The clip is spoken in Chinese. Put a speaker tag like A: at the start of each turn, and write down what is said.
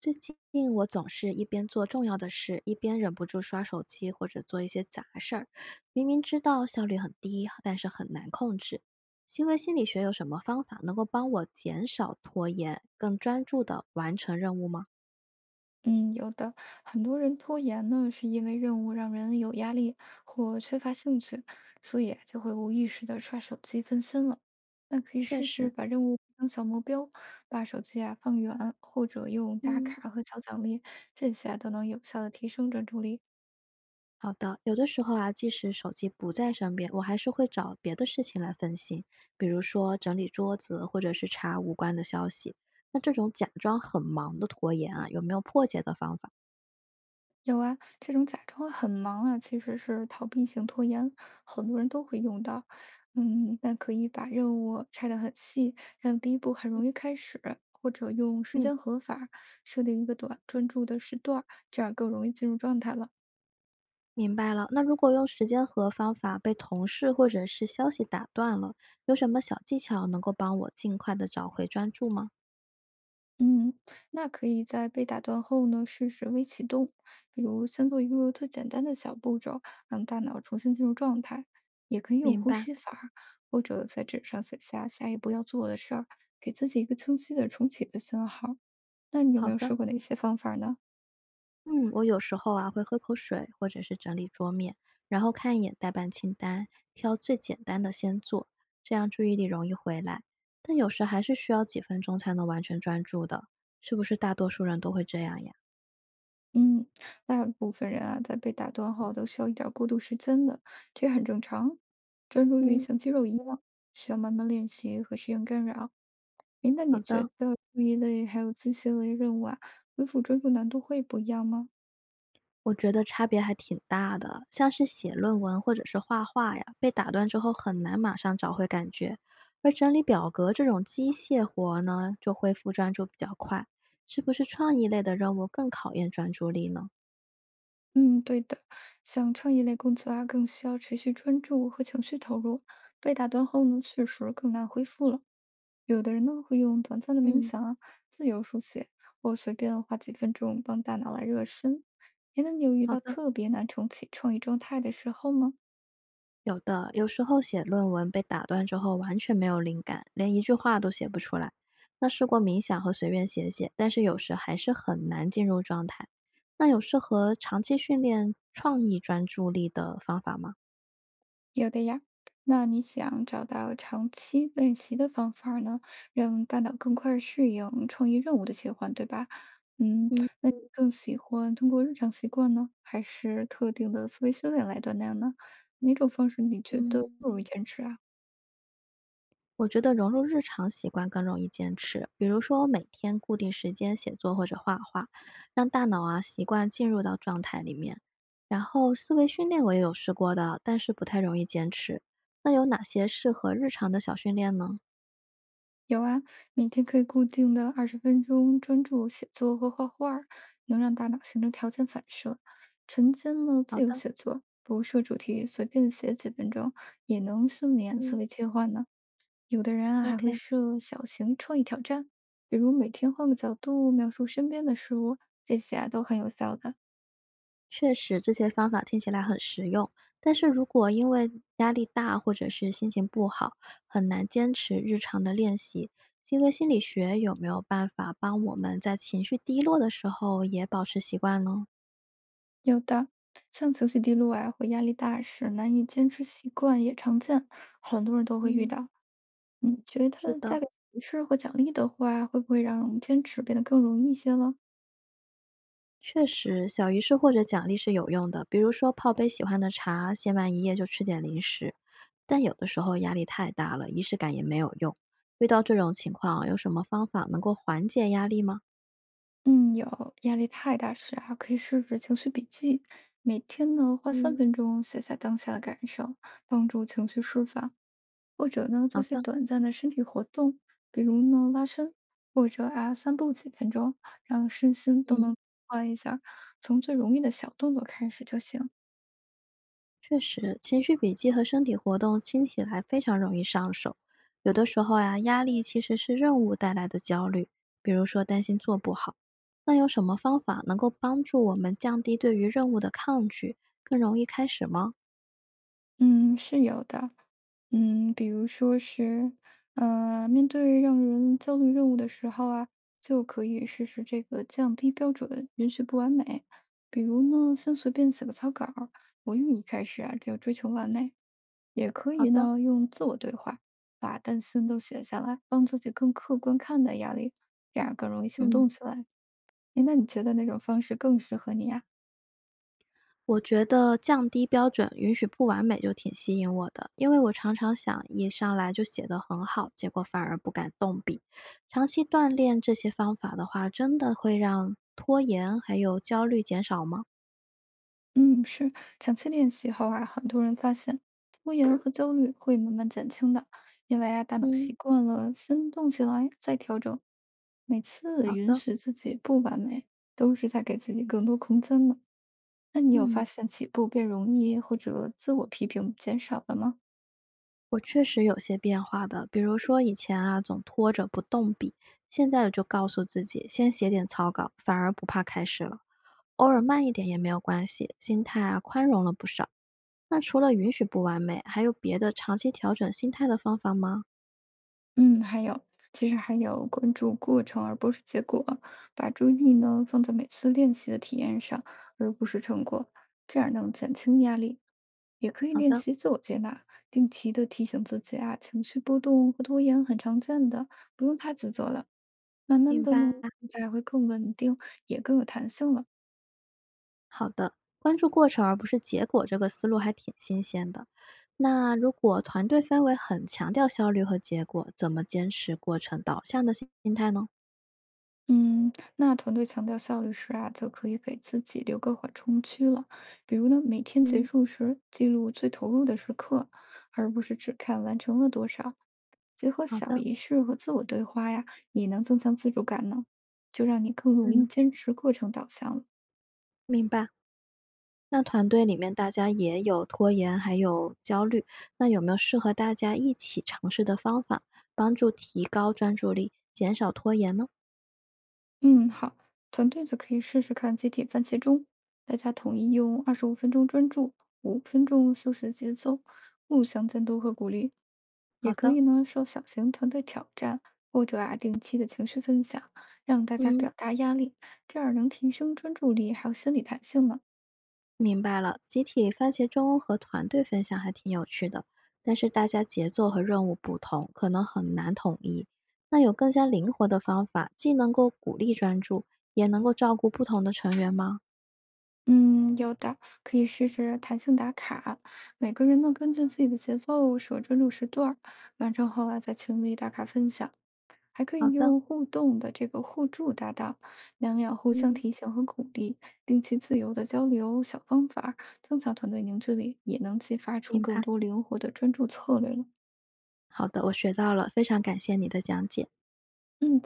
A: 最近我总是一边做重要的事，一边忍不住刷手机或者做一些杂事儿，明明知道效率很低，但是很难控制。行为心理学有什么方法能够帮我减少拖延，更专注的完成任务吗？
B: 嗯，有的，很多人拖延呢，是因为任务让人有压力或缺乏兴趣，所以就会无意识的刷手机分心了。那可以
A: 确
B: 试试
A: 实。
B: 把任务当小目标，把手机啊放远，或者用打
A: 嗯。
B: 卡和小奖励，这些啊都能有效的提升专注力。
A: 好的。有的时候啊，即使手机不在身边，我还是会找别的事情来分心，比如说整理桌子，或者是查无关的消息。那这种假装很忙的拖延啊，有没有破解的方法？
B: 有啊，这种假装很忙啊，其实是逃避型拖延，很多人都会用到。嗯，那可以把任务拆得很细，让第一步很容易开始，或者用时
A: 嗯。
B: 间合法设定一个短专注的时段儿，这样更容易进入状态了。
A: 明白了。那如果用时间和方法被同事或者是消息打断了，有什么小技巧能够帮我尽快的找回专注吗？
B: 嗯，那可以在被打断后呢，试试微启动，比如先做一个最简单的小步骤，让大脑重新进入状态。也可以用
A: 明
B: 呼
A: 白。
B: 吸法儿或者在纸上写下下一步要做的事儿，给自己一个清晰的重启的信号。那你有
A: 好
B: 没有
A: 的。
B: 试过哪些方法呢？
A: 嗯，我有时候啊会喝口水，或者是整理桌面，然后看一眼待办清单，挑最简单的先做，这样注意力容易回来。但有时还是需要几分钟才能完全专注的，是不是大多数人都会这样呀？
B: 嗯，大部分人啊，在被打断后都需要一点儿过渡时间的，这很正常。专注力
A: 嗯。
B: 像肌肉一样，需要慢慢练习和适应干扰。诶，那
A: 好
B: 你觉
A: 的。
B: 得注意力还有自信息类任务啊，恢复专注难度会不一样吗？
A: 我觉得差别还挺大的，像是写论文或者是画画呀，被打断之后很难马上找回感觉，而整理表格这种机械活儿呢，就恢复专注比较快。是不是创意类的任务更考验专注力呢？
B: 嗯，对的，像创意类工作啊，更需要持续专注和情绪投入，被打断后呢，确实更难恢复了。有的人呢会用短暂的冥
A: 嗯。
B: 想啊、自由书写，或随便花几分钟帮大脑来热身。诶，那你有遇
A: 好
B: 到
A: 的。
B: 特别难重启创意状态的时候吗？
A: 有的，有时候写论文被打断之后完全没有灵感，连一句话都写不出来。那试过冥想和随便写写，但是有时还是很难进入状态。那有适合长期训练创意专注力的方法吗？
B: 有的呀，那你想找到长期练习的方法儿呢，让大脑更快适应创意任务的切换，对吧？嗯，
A: 嗯。
B: 那你更喜欢通过日常习惯呢，还是特定的思维训练来锻炼呢？哪种方式你觉得
A: 嗯。
B: 更容易坚持啊？
A: 我觉得融入日常习惯更容易坚持。比如说，每天固定时间写作或者画画，让大脑啊习惯进入到状态里面。然后思维训练我也有试过的，但是不太容易坚持。那有哪些适合日常的小训练呢？
B: 有啊，每天可以固定的20分钟专注写作和画画儿能让大脑形成条件反射，晨间呢
A: 好
B: 自由
A: 的。
B: 写作，不设主题，随便写几分钟，也能训练思
A: 嗯
B: 维切换呢。有的人啊还会
A: ，OK。
B: 设小型创意挑战，比如每天换个角度描述身边的事物，这些啊都很有效的。
A: 确实，这些方法听起来很实用，但是如果因为压力大或者是心情不好，很难坚持日常的练习。行为心理学有没有办法帮我们在情绪低落的时候也保持习惯呢？
B: 有的像情绪低落啊或压力大时难以坚持习惯也常见，很多人都会遇
A: 嗯。
B: 到。你觉
A: 是
B: 得
A: 的。
B: 加个提示或奖励的话，会不会让我们坚持变得更容易一些了？
A: 确实，小仪式或者奖励是有用的，比如说泡杯喜欢的茶，写满一页就吃点零食。但有的时候压力太大了，仪式感也没有用。遇到这种情况，有什么方法能够缓解压力吗？
B: 嗯，有压力太大时啊，可以试试情绪笔记，每天呢花三
A: 嗯。
B: 分钟写下当下的感受，帮助情绪释放。或者呢
A: 好
B: 做些
A: 的。
B: 短暂的身体活动，比如呢拉伸，或者啊散步几分钟，让身心都
A: 嗯。
B: 能换一下儿从最容易的小动作开始就行。
A: 确实，情绪笔记和身体活动听起来非常容易上手。有的时候呀、压力其实是任务带来的焦虑，比如说担心做不好。那有什么方法能够帮助我们降低对于任务的抗拒，更容易开始吗？
B: 嗯，是有的。嗯，比如说是，面对让人焦虑任务的时候啊，就可以试试这个降低标准，允许不完美。比如呢，先随便写个草稿儿，不用一开始啊就追求完美。也可
A: 好
B: 以
A: 的。
B: 呢，用自我对话，把担心都写下来，帮自己更客观看待压力，这样更容易行
A: 嗯。
B: 动起来。诶那你觉得哪种方式更适合你呀？
A: 我觉得降低标准，允许不完美就挺吸引我的，因为我常常想一上来就写得很好，结果反而不敢动笔。长期锻炼这些方法的话，真的会让拖延还有焦虑减少吗？
B: 嗯，是，长期练习后啊，很多人发现拖延和焦虑会慢慢减轻的，因为啊，大脑
A: 嗯。
B: 习惯了先动起来，再调整。每次
A: 好
B: 允
A: 的。
B: 许自己不完美，都是在给自己更多空间呢。那你有
A: 嗯，
B: 发现起步变容易，或者自我批评减少了吗？
A: 我确实有些变化的，比如说以前啊总拖着不动笔，现在我就告诉自己先写点草稿，反而不怕开始了。偶尔慢一点也没有关系，心态啊宽容了不少。那除了允许不完美，还有别的长期调整心态的方法吗？
B: 嗯，还有，其实还有关注过程而不是结果，把注意力呢放在每次练习的体验上，而不是成果，这样能减轻压力。也可以
A: 好
B: 练
A: 的。
B: 习自我接纳，定期的提醒自己啊，情绪波动和拖延很常见的，不用太自责了。慢慢
A: 明
B: 的呢，
A: 白。
B: 才会更稳定，也更有弹性了。
A: 好的。关注过程而不是结果，这个思路还挺新鲜的。那如果团队氛围很强调效率和结果，怎么坚持过程导向的心态呢？
B: 嗯，那团队强调效率时啊，就可以给自己留个缓冲区了。比如呢，每天结
A: 嗯。
B: 束时记录最投入的时刻，而不是只看完成了多少。结合
A: 好
B: 小
A: 的。
B: 仪式和自我对话呀，也能增强自主感呢，就让你更容易
A: 嗯。
B: 坚持过程导向了。
A: 明白。那团队里面大家也有拖延，还有焦虑，那有没有适合大家一起尝试的方法，帮助提高专注力，减少拖延呢？
B: 嗯，好，团队则可以试试看集体番茄钟，大家统一用25分钟专注，五分钟休息节奏，互相监督和鼓励。也
A: 好
B: 可
A: 的。
B: 以呢，受小型团队挑战，或者啊定期的情绪分享，让大家
A: 嗯。
B: 表达压力，这样能提升专注力还有心理弹性呢。
A: 明白了，集体番茄钟和团队分享还挺有趣的，但是大家节奏和任务不同，可能很难统一。那有更加灵活的方法，既能够鼓励专注，也能够照顾不同的成员吗？
B: 嗯，有的可以试试弹性打卡，每个人呢根据自己的节奏设专注时段儿，完成后啊在群里打卡分享。还可
A: 好
B: 以
A: 的。
B: 用互动的这个互助搭档，两两互相
A: 嗯。
B: 提醒和鼓励，定期自由的交流小方法儿增强团队凝聚力，也能激发出
A: 明白。
B: 更多灵活的专注策略了。
A: 好的，我学到了，非常感谢你的讲解。
B: 嗯，不